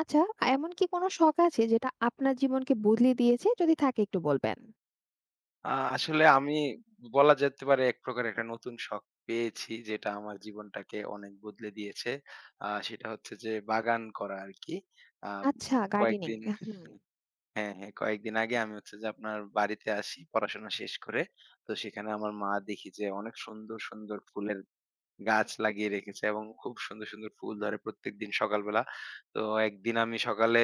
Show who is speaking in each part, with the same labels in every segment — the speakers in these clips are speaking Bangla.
Speaker 1: আচ্ছা, এমন কি কোনো শখ আছে যেটা আপনার জীবনকে বদলে দিয়েছে? যদি থাকে একটু বলবেন।
Speaker 2: আ আসলে আমি বলা যেতে পারে এক প্রকার একটা নতুন শখ পেয়েছি যেটা আমার জীবনটাকে অনেক বদলে দিয়েছে। সেটা হচ্ছে যে বাগান করা আরকি। আ
Speaker 1: আচ্ছা, গার্ডেনিং।
Speaker 2: কয়েকদিন
Speaker 1: হুম,
Speaker 2: হ্যাঁ, হ্যাঁ, কয়েকদিন আগে আমি হচ্ছে যে আপনার বাড়িতে আসি পড়াশোনা শেষ করে। তো সেখানে আমার মা দেখি যে অনেক সুন্দর, সুন্দর ফুলের গাছ লাগিয়ে রেখেছে এবং খুব সুন্দর, সুন্দর ফুল ধরে প্রত্যেকদিন সকালবেলা। তো একদিন আমি সকালে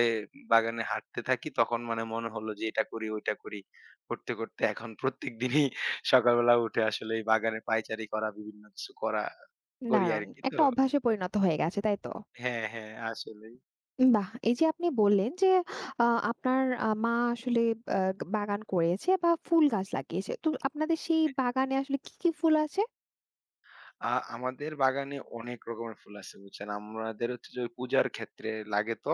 Speaker 2: বাগানে হাঁটতে থাকি, তখন মানে মনে হলো যে এটা করি, ওইটা করি। করতে, করতে এখন প্রত্যেকদিনই সকালবেলা উঠে আসলে এই বাগানে পায়চারি করা, বিভিন্ন কিছু করা, করি
Speaker 1: দারুণ।
Speaker 2: আরকি। তো
Speaker 1: একটা অভ্যাসে পরিণত হয়ে গেছে, তাই তো?
Speaker 2: হ্যাঁ, হ্যাঁ আসলেই।
Speaker 1: বাহ! এই যে আপনি বললেন যে আ আপনার মা আসলে আ বাগান করেছে বা ফুল গাছ লাগিয়েছে। তো আপনাদের সেই বাগানে আসলে কি, কি ফুল আছে?
Speaker 2: আ আমাদের বাগানে অনেক রকমের ফুল আছে বুঝছেন? আমাদের হচ্ছে যে ওই পূজার ক্ষেত্রে লাগে তো।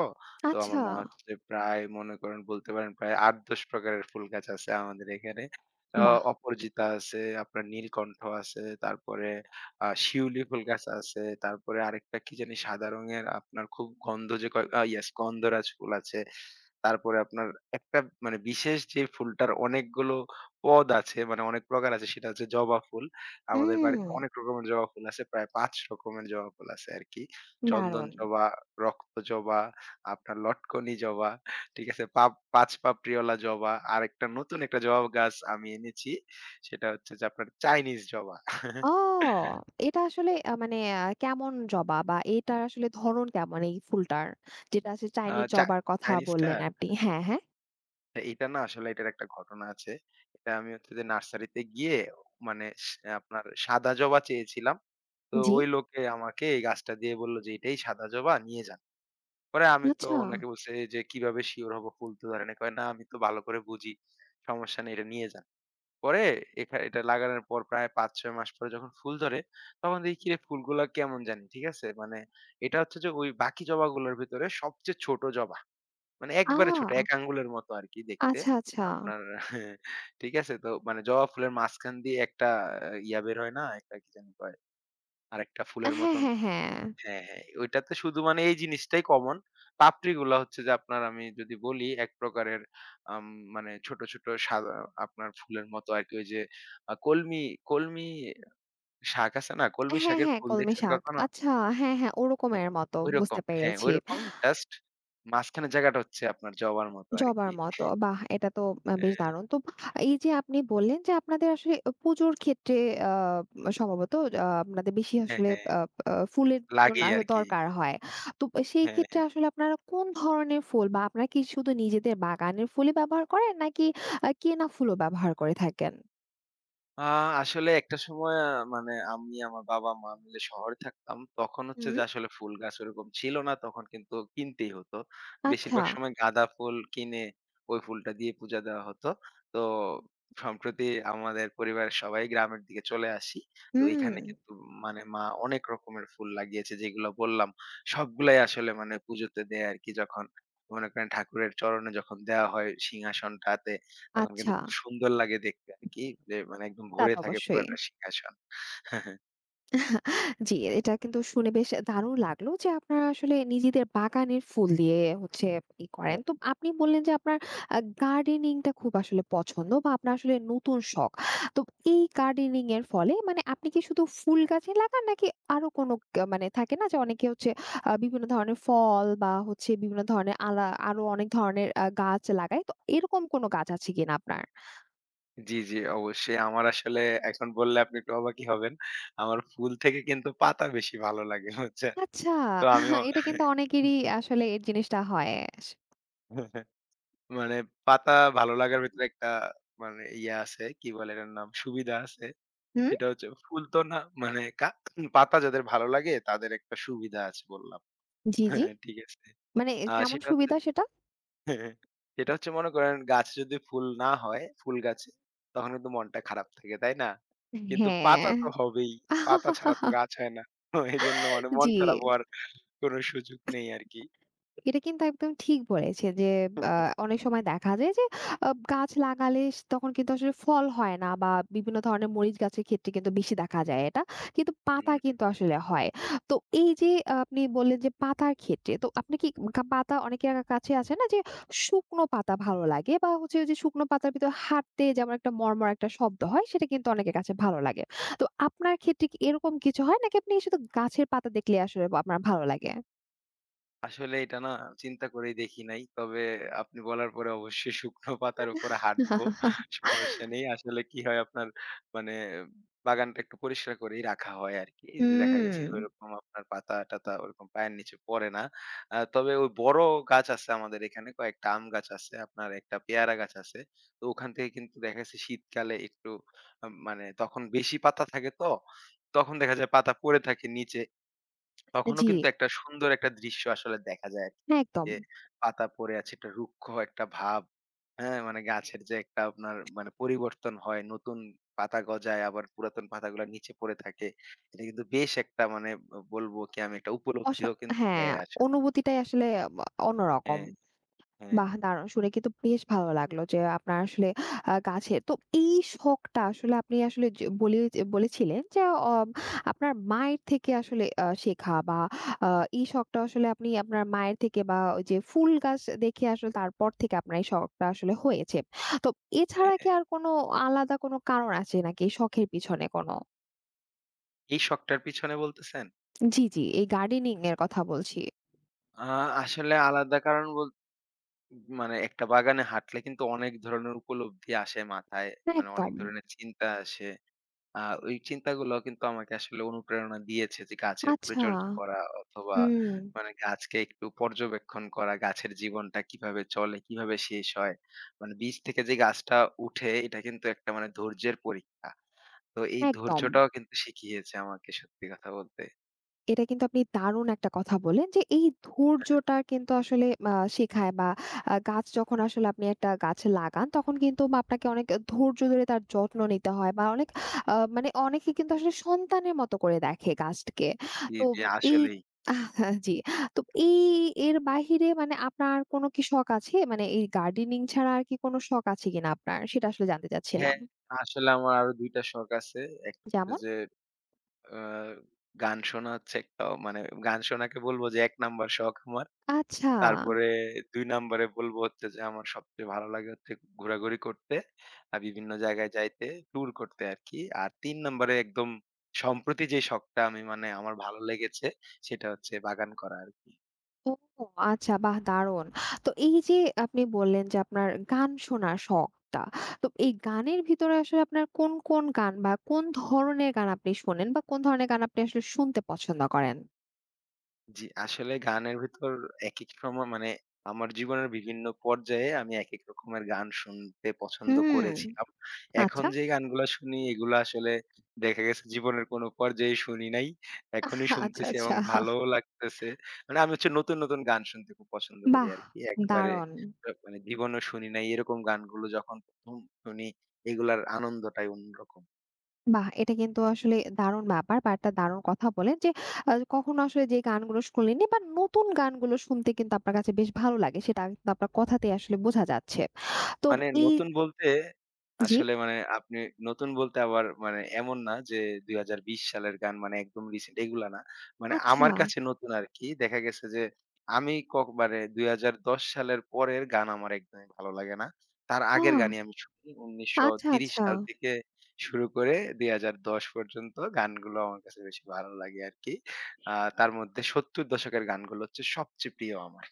Speaker 2: তো
Speaker 1: আচ্ছা,
Speaker 2: আমার মা হচ্ছে যে প্রায় মনে করেন বলতে পারেন প্রায় ৮-১০ প্রকারের ফুল গাছ আছে আমাদের এখানে। আ
Speaker 1: বাহ!
Speaker 2: অপরাজিতা আছে, আপনার নীলকণ্ঠ আছে, তারপরে শিউলি ফুল গাছ আছে, তারপরে আরেকটা কি জানি সাদা রঙের আপনার খুব গন্ধ যে কয় ইয়েস গন্ধরাজ ফুল আছে। তারপরে আপনার একটা মানে বিশেষ যে ফুলটার অনেকগুলো পদ আছে মানে অনেক প্রকার আছে সেটা হচ্ছে জবা ফুল। আমাদের
Speaker 1: হুম,
Speaker 2: বাড়িতে অনেক রকমের জবা ফুল আছে। প্রায় ৫ রকমের জবা ফুল আছে আরকি। চন্দন
Speaker 1: দারুণ।
Speaker 2: জবা, রক্ত জবা, আপনার লটকনি জবা, ঠিক আছে? পাপ ৫ পাপড়িওয়ালা জবা। আরেকটা নতুন একটা জবা গাছ আমি এনেছি। সেটা হচ্ছে যে আপনার চাইনিজ জবা।
Speaker 1: ও! এটা আসলে আ মানে আ কেমন জবা বা এটার আসলে ধরন কেমন এই ফুলটার? যেটা আসলে
Speaker 2: আ
Speaker 1: চাইনিজ
Speaker 2: চা
Speaker 1: জবার কথা
Speaker 2: চাইনিজটা
Speaker 1: বললেন আপনি। হ্যাঁ, হ্যাঁ।
Speaker 2: এটা না আসলে এটার একটা ঘটনা আছে। এটা আমি হচ্ছে যে নার্সারিতে গিয়ে মানে আপনার সাদা জবা চেয়েছিলাম। তো
Speaker 1: জি।
Speaker 2: ওই লোকে আমাকে এই গাছটা দিয়ে বলল যে, "এটাই সাদা জবা নিয়ে যান।" পরে আমি তো
Speaker 1: আচ্ছা।
Speaker 2: উনাকে বলছি যে, "কিভাবে সিউর হবো ফুল তো ধরে নাই?" কয়, "না আমি তো ভালো করে বুঝি। সমস্যা নেই এটা নিয়ে যান।" পরে এটা লাগানোর পর প্রায় ৫-৬ মাস পরে যখন ফুল ধরে তখন দেখি কিরে ফুলগুলা কেমন জানি, ঠিক আছে? মানে এটা হচ্ছে যে ওই বাকি জবাগুলোর ভেতরে সবচেয়ে ছোট জবা। মানে
Speaker 1: আ
Speaker 2: একবারে ছোট ১ আঙ্গুলের মতো আরকি দেখতে।
Speaker 1: আচ্ছা, আচ্ছা।
Speaker 2: আপনার ঠিক আছে? তো মানে জবা ফুলের মাঝখান দিয়ে একটা আহ, ইয়া বের হয় না? একটা কি জানি কয়? আরেকটা ফুলের
Speaker 1: হ্যাঁ,
Speaker 2: মতন
Speaker 1: হ্যাঁ, হ্যাঁ।
Speaker 2: হ্যাঁ, হ্যাঁ। ওইটাতে শুধু মানে এই জিনিসটাই কমন। পাপড়িগুলা হচ্ছে যে আপনার আমি যদি বলি এক প্রকারের আম মানে ছোট, ছোট সাদা আপনার ফুলের মতো আরকি ওই যে আ কলমি, কলমি শাক আছে না? কলমি
Speaker 1: হ্যাঁ,
Speaker 2: শাকের
Speaker 1: হ্যাঁ,
Speaker 2: ফুল
Speaker 1: কলমি
Speaker 2: দেখছেন
Speaker 1: শাক।
Speaker 2: কখনো?
Speaker 1: আচ্ছা, হ্যাঁ, হ্যাঁ,
Speaker 2: হ্যাঁ,
Speaker 1: ওরকমের মতো বুঝতে
Speaker 2: ঐরকম। হ্যাঁ,
Speaker 1: পেরেছি।
Speaker 2: ঐরকম জাস্ট মাঝখানের জায়গাটা হচ্ছে আপনার জবার মতো
Speaker 1: জবার
Speaker 2: আরকি।
Speaker 1: মতো। বাহ! এটা তো বেশ
Speaker 2: হ্যাঁ,
Speaker 1: দারুণ। তো এই যে আপনি বললেন যে আপনাদের আসলে পুজোর ক্ষেত্রে আ সম্ভবত আপনাদের বেশি
Speaker 2: হ্যাঁ,
Speaker 1: আসলে
Speaker 2: হ্যাঁ।
Speaker 1: আ আ ফুলের জন্য
Speaker 2: লাগেই
Speaker 1: আরো
Speaker 2: আরকি।
Speaker 1: দরকার হয়। তো সেই
Speaker 2: হ্যাঁ,
Speaker 1: ক্ষেত্রে
Speaker 2: হ্যাঁ।
Speaker 1: আসলে আপনারা কোন ধরনের ফুল বা আপনারা কি শুধু নিজেদের বাগানের ফুলই ব্যবহার করেন নাকি কেনা ফুলও ব্যবহার করে থাকেন?
Speaker 2: আ আসলে একটা সময় মানে আমি আমার বাবা-মা মিলে শহরে থাকতাম। তখন হচ্ছে
Speaker 1: হুম।
Speaker 2: যে আসলে ফুল গাছ ওরকম ছিল না। তখন কিন্তু কিনতেই হতো।
Speaker 1: আচ্ছা।
Speaker 2: বেশিরভাগ সময় গাঁদা ফুল কিনে ওই ফুলটা দিয়ে পূজা দেওয়া হতো। তো সম্প্রতি আমাদের পরিবারের সবাই গ্রামের দিকে চলে আসি। তো
Speaker 1: হুম,
Speaker 2: এখানে কিন্তু মানে মা অনেক রকমের ফুল লাগিয়েছে যেগুলো বললাম। সবগুলাই আসলে মানে পুজোতে দেয় আরকি যখন মনে করেন ঠাকুরের চরণে যখন দেওয়া হয় সিংহাসনটাতে তখন কিন্তু
Speaker 1: আচ্ছা।
Speaker 2: খুব সুন্দর লাগে দেখতে আরকি। যে মানে একদম
Speaker 1: তা
Speaker 2: ভরে
Speaker 1: তো
Speaker 2: থাকে
Speaker 1: অবশ্যই।
Speaker 2: পুরাটা সিংহাসন। হ্যাঁ।
Speaker 1: জি, এটা কিন্তু শুনে বেশ দারুণ লাগলো যে আপনারা আসলে নিজেদের বাগানের ফুল দিয়ে হচ্ছে ই করেন। তো আপনি বললেন যে আপনার গার্ডেনিংটা খুব আসলে পছন্দ বা আপনার আসলে নতুন শখ। তো এই গার্ডেনিং এর ফলে মানে আপনি কি শুধু ফুল গাছই লাগান নাকি আরো কোনো মানে থাকে না যে অনেকে হচ্ছে বিভিন্ন ধরনের ফল বা হচ্ছে বিভিন্ন ধরনের আরো অনেক ধরনের গাছ লাগায়। তো এরকম কোনো গাছ আছে কিনা আপনার?
Speaker 2: জি, জি, অবশ্যই। আমার আসলে এখন বললে আপনি একটু অবাকই হবেন। আমার ফুল থেকে কিন্তু পাতা বেশি ভালো লাগে বুঝছেন?
Speaker 1: আচ্ছা,
Speaker 2: তো আমিও
Speaker 1: এটা কিন্তু অনেকেরই আসলে এই জিনিসটা হয়। স
Speaker 2: মানে পাতা ভালো লাগার ভেতরে একটা মানে ইয়ে আছে, কি বলে এটার নাম? সুবিধা আছে।
Speaker 1: হুম?
Speaker 2: সেটা হচ্ছে ফুল তো না মানে পাতা যাদের ভালো লাগে তাদের একটা সুবিধা আছে বললাম।
Speaker 1: জি, জি।
Speaker 2: হ্যাঁ, ঠিক আছে?
Speaker 1: মানে
Speaker 2: আ
Speaker 1: কেমন
Speaker 2: সেটা হচ্ছে
Speaker 1: সুবিধা সেটা?
Speaker 2: এটা হচ্ছে মনে করেন গাছে যদি ফুল না হয়, ফুল গাছে, তখন কিন্তু মনটা খারাপ থাকে, তাই না? কিন্তু পাতা
Speaker 1: হ্যাঁ।
Speaker 2: তো হবেই। পাতা ছাড়া তো গাছ হয় না। তো এজন্য মানে মন
Speaker 1: জি।
Speaker 2: খারাপ হওয়ার কোনো সুযোগ নেই আরকি।
Speaker 1: এটা কিন্তু একদম ঠিক বলেছেন যে আ অনেক সময় দেখা যায় যে গাছ লাগালে তখন কিন্তু আসলে ফল হয় না বা বিভিন্ন ধরনের মরিচ গাছের ক্ষেত্রে কিন্তু বেশি দেখা যায় এটা। কিন্তু পাতা কিন্তু আসলে হয়। তো এই যে আহ, আপনি বললেন যে পাতার ক্ষেত্রে তো আপনি কি পাতা অনেকের কাছে আছে না যে শুকনো পাতা ভালো লাগে বা হচ্ছে ওই যে শুকনো পাতার ভিতর হাঁটতে যেমন একটা মরমর একটা শব্দ হয় সেটা কিন্তু অনেকের কাছে ভালো লাগে। তো আপনার ক্ষেত্রে কি এরকম কিছু হয় নাকি আপনি শুধু গাছের পাতা দেখলে আসলে আপনার ভালো লাগে?
Speaker 2: আসলে এটা না চিন্তা করেই দেখি নাই। তবে আপনি বলার পরে অবশ্যই শুকনো পাতার উপরে হাঁটবো। সমস্যা নেই। আসলে কি হয় আপনার মানে বাগানটা একটু পরিষ্কার করেই রাখা হয় আরকি। এই যে দেখা গেছে যে
Speaker 1: হুম।
Speaker 2: ওইরকম আপনার পাতা-টাতা ওরকম পায়ের নিচে পড়ে না। তবে ওই বড় গাছ আছে আমাদের এখানে কয়েকটা আম গাছ আছে, আপনার একটা পেয়ারা গাছ আছে। তো ওখান থেকে কিন্তু দেখা গেছে শীতকালে একটু মানে তখন বেশি পাতা থাকে তো, তখন দেখা যায় পাতা পড়ে থাকে নিচে। তখনও
Speaker 1: জি,
Speaker 2: কিন্তু একটা সুন্দর একটা দৃশ্য আসলে দেখা যায় আরকি।
Speaker 1: হ্যাঁ, একদম।
Speaker 2: যে পাতা পড়ে আছে একটা রুক্ষ একটা ভাব। হ্যাঁ? মানে গাছের যে একটা আপনার মানে পরিবর্তন হয়, নতুন পাতা গজায় আবার পুরাতন পাতাগুলা নিচে পড়ে থাকে। এটা কিন্তু বেশ একটা মানে বলবো কি আমি একটা
Speaker 1: অসা
Speaker 2: উপলব্ধিও কিন্তু
Speaker 1: হ্যাঁ,
Speaker 2: দেয় আসলে।
Speaker 1: অনুভূতিটাই আসলে বা অন্যরকম।
Speaker 2: হ্যাঁ, হ্যাঁ,
Speaker 1: বাহ! দারুণ শুনে কিন্তু বেশ ভালো লাগলো যে আপনার আসলে গাছের তো এই শখটা আসলে আপনি আসলে যে বলে বলেছিলেন যে অ আপনার মায়ের থেকে আসলে শেখা বা আ এই শখটা আসলে আপনি আপনার মায়ের থেকে বা ওই যে ফুল গাছ দেখে আসলে তারপর থেকে আপনার এই শখটা আসলে হয়েছে। তো এছাড়া কি
Speaker 2: হ্যাঁ।
Speaker 1: আর কোনো আলাদা কোনো কারণ আছে নাকি এই শখের পিছনে কোনো?
Speaker 2: এই শখটার পিছনে বলতেছেন?
Speaker 1: জি, জি, এই গার্ডেনিং এর কথা বলছি।
Speaker 2: আ আসলে আলাদা কারণ মানে একটা বাগানে হাঁটলে কিন্তু অনেক ধরনের উপলব্ধি আসে মাথায়। মানে অনেক
Speaker 1: একদম।
Speaker 2: ধরনের চিন্তা আসে। আ ওই চিন্তাগুলো কিন্তু আমাকে আসলে অনুপ্রেরণা দিয়েছে যে গাছের
Speaker 1: আচ্ছা।
Speaker 2: পরিচর্যা করা অথবা
Speaker 1: হুম।
Speaker 2: মানে গাছকে একটু পর্যবেক্ষণ করা, গাছের জীবনটা কিভাবে চলে, কিভাবে শেষ হয়। মানে বীজ থেকে যে গাছটা উঠে এটা কিন্তু একটা মানে ধৈর্যের পরীক্ষা। তো এই
Speaker 1: একদম।
Speaker 2: ধৈর্যটাও কিন্তু শিখিয়েছে আমাকে সত্যি কথা বলতে।
Speaker 1: এটা কিন্তু আপনি দারুণ একটা কথা বলেন যে এই ধৈর্যটা কিন্তু আসলে শেখায় বা গাছ যখন আসলে আপনি একটা গাছ লাগান তখন কিন্তু বা আপনাকে অনেক ধৈর্য ধরে তার যত্ন নিতে হয় বা অনেক মানে অনেকে কিন্তু আসলে সন্তানের মতো করে দেখে গাছকে।
Speaker 2: জি,
Speaker 1: তো
Speaker 2: জি
Speaker 1: এই
Speaker 2: আসলেই।
Speaker 1: আহ, জি। তো এই এর বাহিরে মানে আপনার আর কোনো কি শখ আছে? মানে এই গার্ডেনিং ছাড়া আর কি কোনো শখ আছে কিনা আপনার? সেটা আসলে জানতে চাচ্ছিলাম।
Speaker 2: হ্যাঁ, আসলে আমার আরো ২ টা শখ আছে। একটা হচ্ছে
Speaker 1: যেমন?
Speaker 2: যে আ গান শোনা হচ্ছে একটা মানে গান শোনাকে বলব যে ১ নাম্বার শখ আমার।
Speaker 1: আচ্ছা।
Speaker 2: তারপরে ২ নম্বরে বলব হচ্ছে যে আমার সবচেয়ে ভালো লাগে হচ্ছে ঘোরাঘুরি করতে, বিভিন্ন জায়গায় যাইতে, ট্যুর করতে আরকি। আর ৩ নম্বরে একদম সম্প্রতি যে শখটা আমি মানে আমার ভালো লেগেছে সেটা হচ্ছে বাগান করা আরকি।
Speaker 1: ও, আচ্ছা, বাহ! দারুণ। তো এই যে আপনি বললেন যে আপনার গান শোনার শখটা। তো এই গানের ভিতরে আসলে আপনার কোন, কোন গান বা কোন ধরনের গান আপনি শোনেন বা কোন ধরনের গান আপনি আসলে শুনতে পছন্দ করেন?
Speaker 2: জি, আসলে গানের ভিতর একেক সময় মানে আমার জীবনের বিভিন্ন পর্যায়ে আমি একেক রকমের গান শুনতে পছন্দ
Speaker 1: হুম।
Speaker 2: করেছিলাম। এখন
Speaker 1: আচ্ছা,
Speaker 2: যে গানগুলা শুনি এগুলা আসলে দেখা গেছে জীবনের কোনো পর্যায়ে শুনি নাই। এখনই
Speaker 1: আচ্ছা,
Speaker 2: শুনতেছি
Speaker 1: আচ্ছা।
Speaker 2: এবং ভালোও লাগতেছে। মানে আমি হচ্ছে নতুন, নতুন গান শুনতে খুব পছন্দ করি
Speaker 1: বাহ!
Speaker 2: আরকি। একবারে
Speaker 1: দারুণ।
Speaker 2: মানে জীবনেও শুনি নাই এরকম গানগুলো যখন ১ম শুনি এগুলার আনন্দটাই অন্যরকম।
Speaker 1: বাহ! এটা কিন্তু আসলে দারুণ ব্যাপার বা একটা দারুণ কথা বলেন যে কখনো আসলে যে গানগুলো শুনলেননি বা নতুন গানগুলো শুনতে কিন্তু আপনার কাছে বেশ ভালো লাগে। সেটা কিন্তু আপনার কথাতেই আসলে বোঝা যাচ্ছে। তো
Speaker 2: মানে
Speaker 1: এই
Speaker 2: নতুন বলতে
Speaker 1: জি?
Speaker 2: আসলে মানে আপনি নতুন বলতে আবার মানে এমন না যে ২০২০ সালের গান মানে একদম রিসেন্ট এগুলা না। মানে
Speaker 1: আচ্ছা।
Speaker 2: আমার কাছে নতুন আরকি। দেখা গেছে যে আমি কক মানে ২০১০ সালের পরের গান আমার একদমই ভালো লাগে না। তার
Speaker 1: ও!
Speaker 2: আগের গানই আমি শুনি।
Speaker 1: আচ্ছা,
Speaker 2: ১৯৩০
Speaker 1: আচ্ছা।
Speaker 2: সাল থেকে শুরু করে ২০১০ পর্যন্ত গানগুলো আমার কাছে বেশি ভালো লাগে আরকি। তার মধ্যে ৭০ দশকের গানগুলো হচ্ছে সবচেয়ে প্রিয় আমার।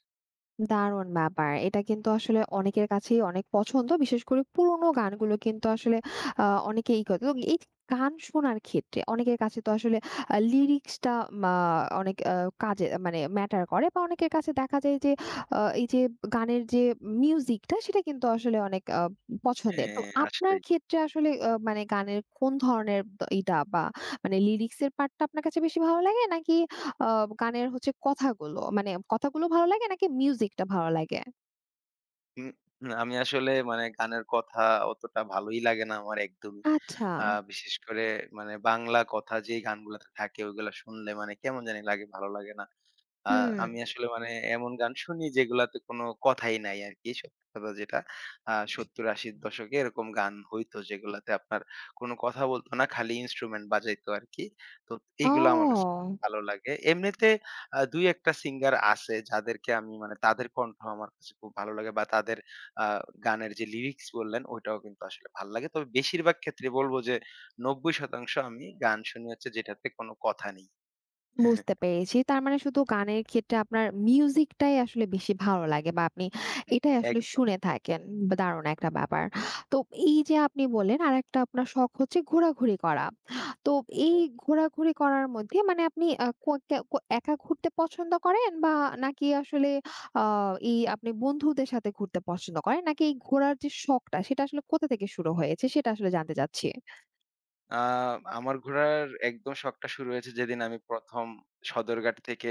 Speaker 1: দারুণ ব্যাপার। এটা কিন্তু আসলে অনেকের কাছেই অনেক পছন্দ। বিশেষ করে পুরোনো গানগুলো কিন্তু আসলে অনেকেই করে। তো এই গান শোনার ক্ষেত্রে অনেকের কাছে তো আসলে লিরিক্সটা মা অনেক কাজে মানে ম্যাটার করে বা অনেকের কাছে দেখা যায় যে এই যে গানের যে মিউজিকটা সেটা কিন্তু আসলে অনেক পছন্দের। তো
Speaker 2: হ্যাঁ,
Speaker 1: আপনার
Speaker 2: আসলেই।
Speaker 1: ক্ষেত্রে আসলে মানে গানের কোন ধরনের এটা বা মানে লিরিক্সের পার্টটা আপনার কাছে বেশি ভালো লাগে নাকি আ গানের হচ্ছে কথাগুলো ভালো লাগে নাকি মিউজিকটা ভালো লাগে?
Speaker 2: উম না, আমি আসলে মানে গানের কথা অতটা ভালোই লাগে না আমার একদমই।
Speaker 1: আচ্ছা।
Speaker 2: আ বিশেষ করে মানে বাংলা কথা যেই গানগুলাতে থাকে ওইগুলা শুনলে মানে কেমন জানি লাগে, ভালো লাগে না। আ
Speaker 1: হুম।
Speaker 2: আমি আসলে মানে এমন গান শুনি যেগুলাতে কোনো কথাই নাই আরকি। সত্যি কথা যেটা ৭০-৮০ দশকে এরকম গান হইতো যেগুলাতে আপনার কোনো কথা বলত না, খালি ইন্সট্রুমেন্ট বাজাইতো আরকি। তো এগুলো আমার কাছে
Speaker 1: ও!
Speaker 2: ভালো লাগে। এমনিতে ২-১ টা সিঙ্গার আছে যাদেরকে আমি মানে তাদের কণ্ঠ আমার কাছে খুব ভালো লাগে বা তাদের আ গানের যে লিরিক্স বললেন ওইটাও কিন্তু আসলে ভাল লাগে। তবে বেশিরভাগ ক্ষেত্রে বলব যে ৯০% আমি গান শুনি হচ্ছে যেটাতে কোনো কথা নেই।
Speaker 1: বুঝতে পেরেছি। তার মানে শুধু গানের ক্ষেত্রে আপনার মিউজিকটাই আসলে বেশি ভালো লাগে বা আপনি
Speaker 2: হুম, হুম।
Speaker 1: এটাই আসলে
Speaker 2: একদম।
Speaker 1: শুনে থাকেন। বা দারুণ একটা ব্যাপার। তো এই যে আপনি বললেন আরেকটা আপনার শখ হচ্ছে ঘোরাঘুরি করা। তো এই
Speaker 2: হ্যাঁ।
Speaker 1: ঘোরাঘুরি করার মধ্যে মানে আপনি আ ক কে ক একা ঘুরতে পছন্দ করেন বা নাকি আসলে আ এই আপনি বন্ধুদের সাথে ঘুরতে পছন্দ করেন? নাকি এই ঘোরার যে শখটা সেটা আসলে কোথা থেকে শুরু হয়েছে সেটা আসলে জানতে চাচ্ছি।
Speaker 2: আ আমার ঘোরার একদম শখটা শুরু হয়েছে যেদিন আমি ১ম সদরঘাট থেকে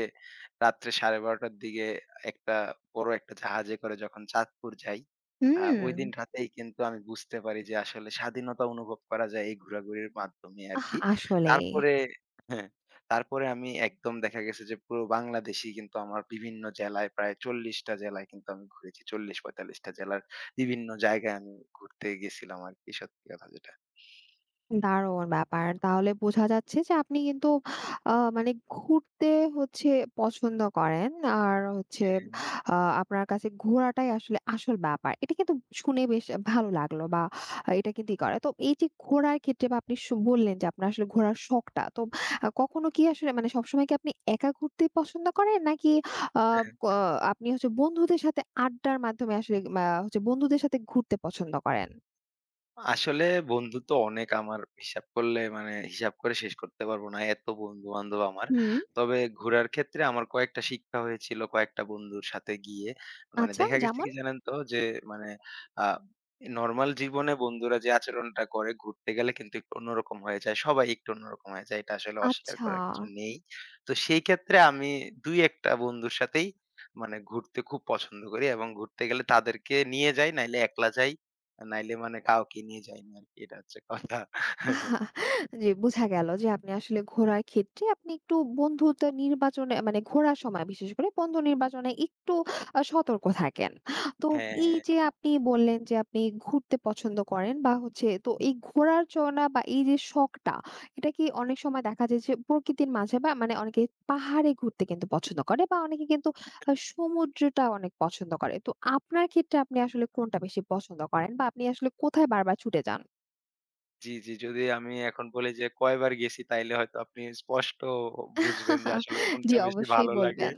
Speaker 2: রাত্রে ১২:৩০টার দিকে একটা বড় একটা জাহাজে করে যখন চাঁদপুর যাই,
Speaker 1: হুম।
Speaker 2: ঐদিন রাতেই কিন্তু আমি বুঝতে পারি যে আসলে স্বাধীনতা অনুভব করা যায় এই ঘোরাঘুরির মাধ্যমে
Speaker 1: আহ!
Speaker 2: আরকি।
Speaker 1: আসলেই।
Speaker 2: তারপরে হ্যাঁ, তারপরে আমি একদম দেখা গেছে যে পুরো বাংলাদেশই কিন্তু আমার বিভিন্ন জেলায় প্রায় ৪০ টা জেলায় কিন্তু আমি ঘুরেছি। ৪০-৪৫ টা জেলার বিভিন্ন জায়গায় আমি ঘুরতে গেছিলাম আরকি সত্যি কথা যেটা।
Speaker 1: দারুণ ব্যাপার। তাহলে বোঝা যাচ্ছে যে আপনি কিন্তু মানে ঘুরতে হচ্ছে পছন্দ করেন। আর হচ্ছে
Speaker 2: হ্যাঁ।
Speaker 1: আ আপনার কাছে ঘোরাটাই আসলে আসল ব্যাপার। এটা কিন্তু শুনে বেশ ভালো লাগলো বা এটা কিন্তু ই করে। তো এই যে ঘোরার ক্ষেত্রে বা আপনি বললেন যে আপনার আসলে ঘোরার শখটা। তো কখনো কি আসলে মানে সবসময় কি আপনি একা ঘুরতে পছন্দ করেন? নাকি আ ক আপনি হচ্ছে বন্ধুদের সাথে আড্ডার মাধ্যমে আসলে হচ্ছে বন্ধুদের সাথে ঘুরতে পছন্দ করেন?
Speaker 2: আসলে বন্ধু তো অনেক আমার হিসাব করলে মানে হিসাব করে শেষ করতে পারবো না। এত বন্ধু-বান্ধব আমার।
Speaker 1: হুম।
Speaker 2: তবে ঘোরার ক্ষেত্রে আমার কয়েকটা শিক্ষা হয়েছিল কয়েকটা বন্ধুর সাথে গিয়ে। মানে
Speaker 1: আচ্ছা,
Speaker 2: দেখা গেছে
Speaker 1: যেমন?
Speaker 2: কি জানেন তো? যে মানে আ নরমাল জীবনে বন্ধুরা যে আচরণটা করে ঘুরতে গেলে কিন্তু একটু অন্যরকম হয়ে যায়। সবাই একটু অন্যরকম হয়ে যায়। এটা আসলে অস্বীকার
Speaker 1: আচ্ছা।
Speaker 2: করার কিছু নেই। তো সেই ক্ষেত্রে আমি ২-১ টা বন্ধুর সাথেই মানে ঘুরতে খুব পছন্দ করি এবং ঘুরতে গেলে তাদেরকে নিয়ে যাই নাইলে একলা যাই। নাইলে মানে কাউকে নিয়ে যাই না আরকি। এটা হচ্ছে কথা।
Speaker 1: জি, বোঝা গেল যে আপনি আসলে ঘোরার ক্ষেত্রে আপনি একটু বন্ধুত্ব নির্বাচনে মানে ঘোরার সময় বিশেষ করে বন্ধু নির্বাচনে একটু সতর্ক থাকেন। তো
Speaker 2: হ্যাঁ,
Speaker 1: এই
Speaker 2: হ্যাঁ।
Speaker 1: যে আপনি বললেন যে আপনি ঘুরতে পছন্দ করেন বা হচ্ছে তো এই ঘোরার বা এই যে শখটা এটা কি অনেক সময় দেখা যায় যে প্রকৃতির মাঝে বা মানে অনেকে পাহাড়ে ঘুরতে কিন্তু পছন্দ করে বা অনেকে কিন্তু সমুদ্রটা অনেক পছন্দ করে। তো আপনার ক্ষেত্রে আপনি আসলে কোনটা বেশি পছন্দ করেন বা আপনি আসলে কোথায় বারবার ছুটে যান?
Speaker 2: জি, জি। যদি আমি এখন বলি যে কয়বার গেছি তাইলে হয়তো আপনি স্পষ্ট বুঝবেন যে আসলে
Speaker 1: জি,
Speaker 2: কোনটা বেশি
Speaker 1: অবশ্যই
Speaker 2: ভালো লাগে।
Speaker 1: বলবেন।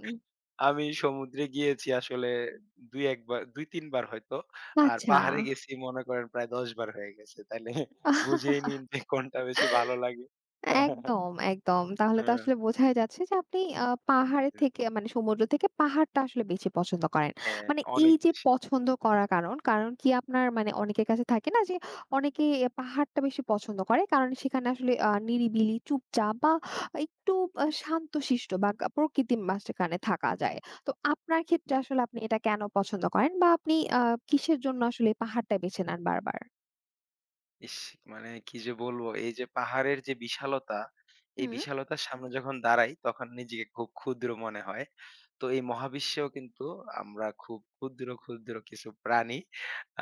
Speaker 2: আমি সমুদ্রে গিয়েছি আসলে ২-১ বার ২-৩ বার হয়তো। আর
Speaker 1: আচ্ছা।
Speaker 2: পাহাড়ে গেছি মনে করেন প্রায় ১০ বার হয়ে গেছে। তাইলে বুঝেই নিন যে কোনটা বেশি ভালো লাগে।
Speaker 1: একদম, একদম। তাহলে তো
Speaker 2: হ্যাঁ,
Speaker 1: আসলে বোঝাই যাচ্ছে যে আপনি পাহাড়ের
Speaker 2: হ্যাঁ
Speaker 1: থেকে মানে সমুদ্র থেকে পাহাড়টা আসলে বেশি পছন্দ করেন।
Speaker 2: হ্যাঁ,
Speaker 1: মানে এই
Speaker 2: অনেক
Speaker 1: যে
Speaker 2: বেশি।
Speaker 1: পছন্দ করার কারণ কি আপনার মানে অনেকের কাছে থাকে না যে অনেকে পাহাড়টা বেশি পছন্দ করে। কারণ সেখানে আসলে নিরিবিলি, চুপচাপ বা একটু শান্তশিষ্ট বা প্রকৃতির মাঝখানে থাকা যায়। তো আপনার ক্ষেত্রে আসলে আপনি এটা কেন পছন্দ করেন বা আপনি কিসের জন্য আসলে পাহাড়টা বেছে নেন বারবার?
Speaker 2: ইস! মানে কি যে বলবো? এই যে পাহাড়ের যে বিশালতা, এই
Speaker 1: হুম।
Speaker 2: বিশালতার সামনে যখন দাঁড়াই তখন নিজেকে খুব ক্ষুদ্র মনে হয়। তো এই মহাবিশ্বেও কিন্তু আমরা খুব ক্ষুদ্র, ক্ষুদ্র কিছু প্রাণী।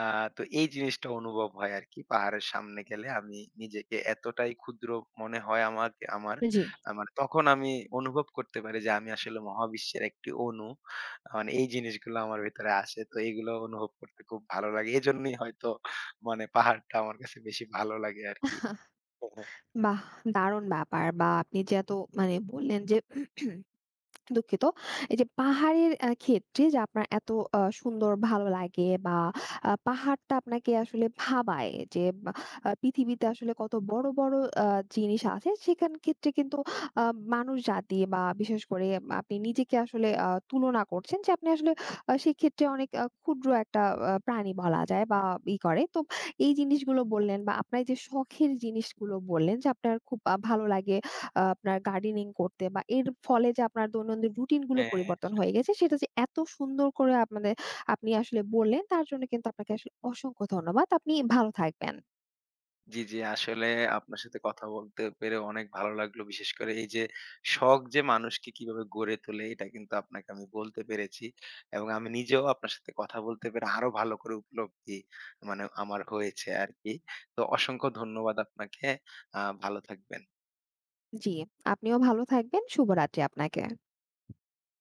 Speaker 2: আ তো এই জিনিসটা অনুভব হয় আরকি। পাহাড়ের সামনে গেলে আমি নিজেকে এতটাই ক্ষুদ্র মনে হয়
Speaker 1: জি।
Speaker 2: আমার তখন আমি অনুভব করতে পারি যে আমি আসলে মহাবিশ্বের একটি অণু। মানে এই জিনিসগুলো আমার ভেতরে আসে। তো এগুলো অনুভব করতে খুব ভালো লাগে। এজন্যই হয়তো মানে পাহাড়টা আমার কাছে বেশি ভালো লাগে আরকি। হ্যাঁ, হ্যাঁ।
Speaker 1: বাহ! দারুণ ব্যাপার বা আপনি যে এত মানে বললেন যে দুঃখিত। এই যে পাহাড়ের ক্ষেত্রে যে আপনার এত সুন্দর ভালো লাগে বা পাহাড়টা আপনাকে আসলে ভাবায় যে বা পৃথিবীতে আসলে কত বড়, বড় আ জিনিস আছে সেখান ক্ষেত্রে কিন্তু আ মানুষ জাতি বা বিশেষ করে আপনি নিজেকে আসলে তুলনা করছেন যে আপনি আসলে সেক্ষেত্রে অনেক ক্ষুদ্র একটা প্রাণী বলা যায় বা ই করে। তো এই জিনিসগুলো বললেন বা আপনার এই যে শখের জিনিসগুলো বললেন যে আপনার খুব ভালো লাগে আপনার গার্ডেনিং করতে বা এর ফলে যে আপনার দৈনন্দিন রুটিন গুলো
Speaker 2: হ্যাঁ,
Speaker 1: পরিবর্তন হয়ে গেছে সেটা যে এত সুন্দর করে আপনাদের আপনি আসলে বললেন তার জন্য কিন্তু আপনাকে আসলে অসংখ্য ধন্যবাদ। আপনি ভালো থাকবেন।
Speaker 2: জি, জি। আসলে আপনার সাথে কথা বলতে পেরে অনেক ভালো লাগলো। বিশেষ করে এই যে শখ যে মানুষকে কিভাবে গড়ে তোলে এটা কিন্তু আপনাকে আমি বলতে পেরেছি। এবং আমি নিজেও আপনার সাথে কথা বলতে পেরে আরো ভালো করে উপলব্ধি মানে আমার হয়েছে আরকি। তো অসংখ্য ধন্যবাদ আপনাকে। ভালো থাকবেন।
Speaker 1: জি, আপনিও ভালো থাকবেন। শুভরাত্রি আপনাকে।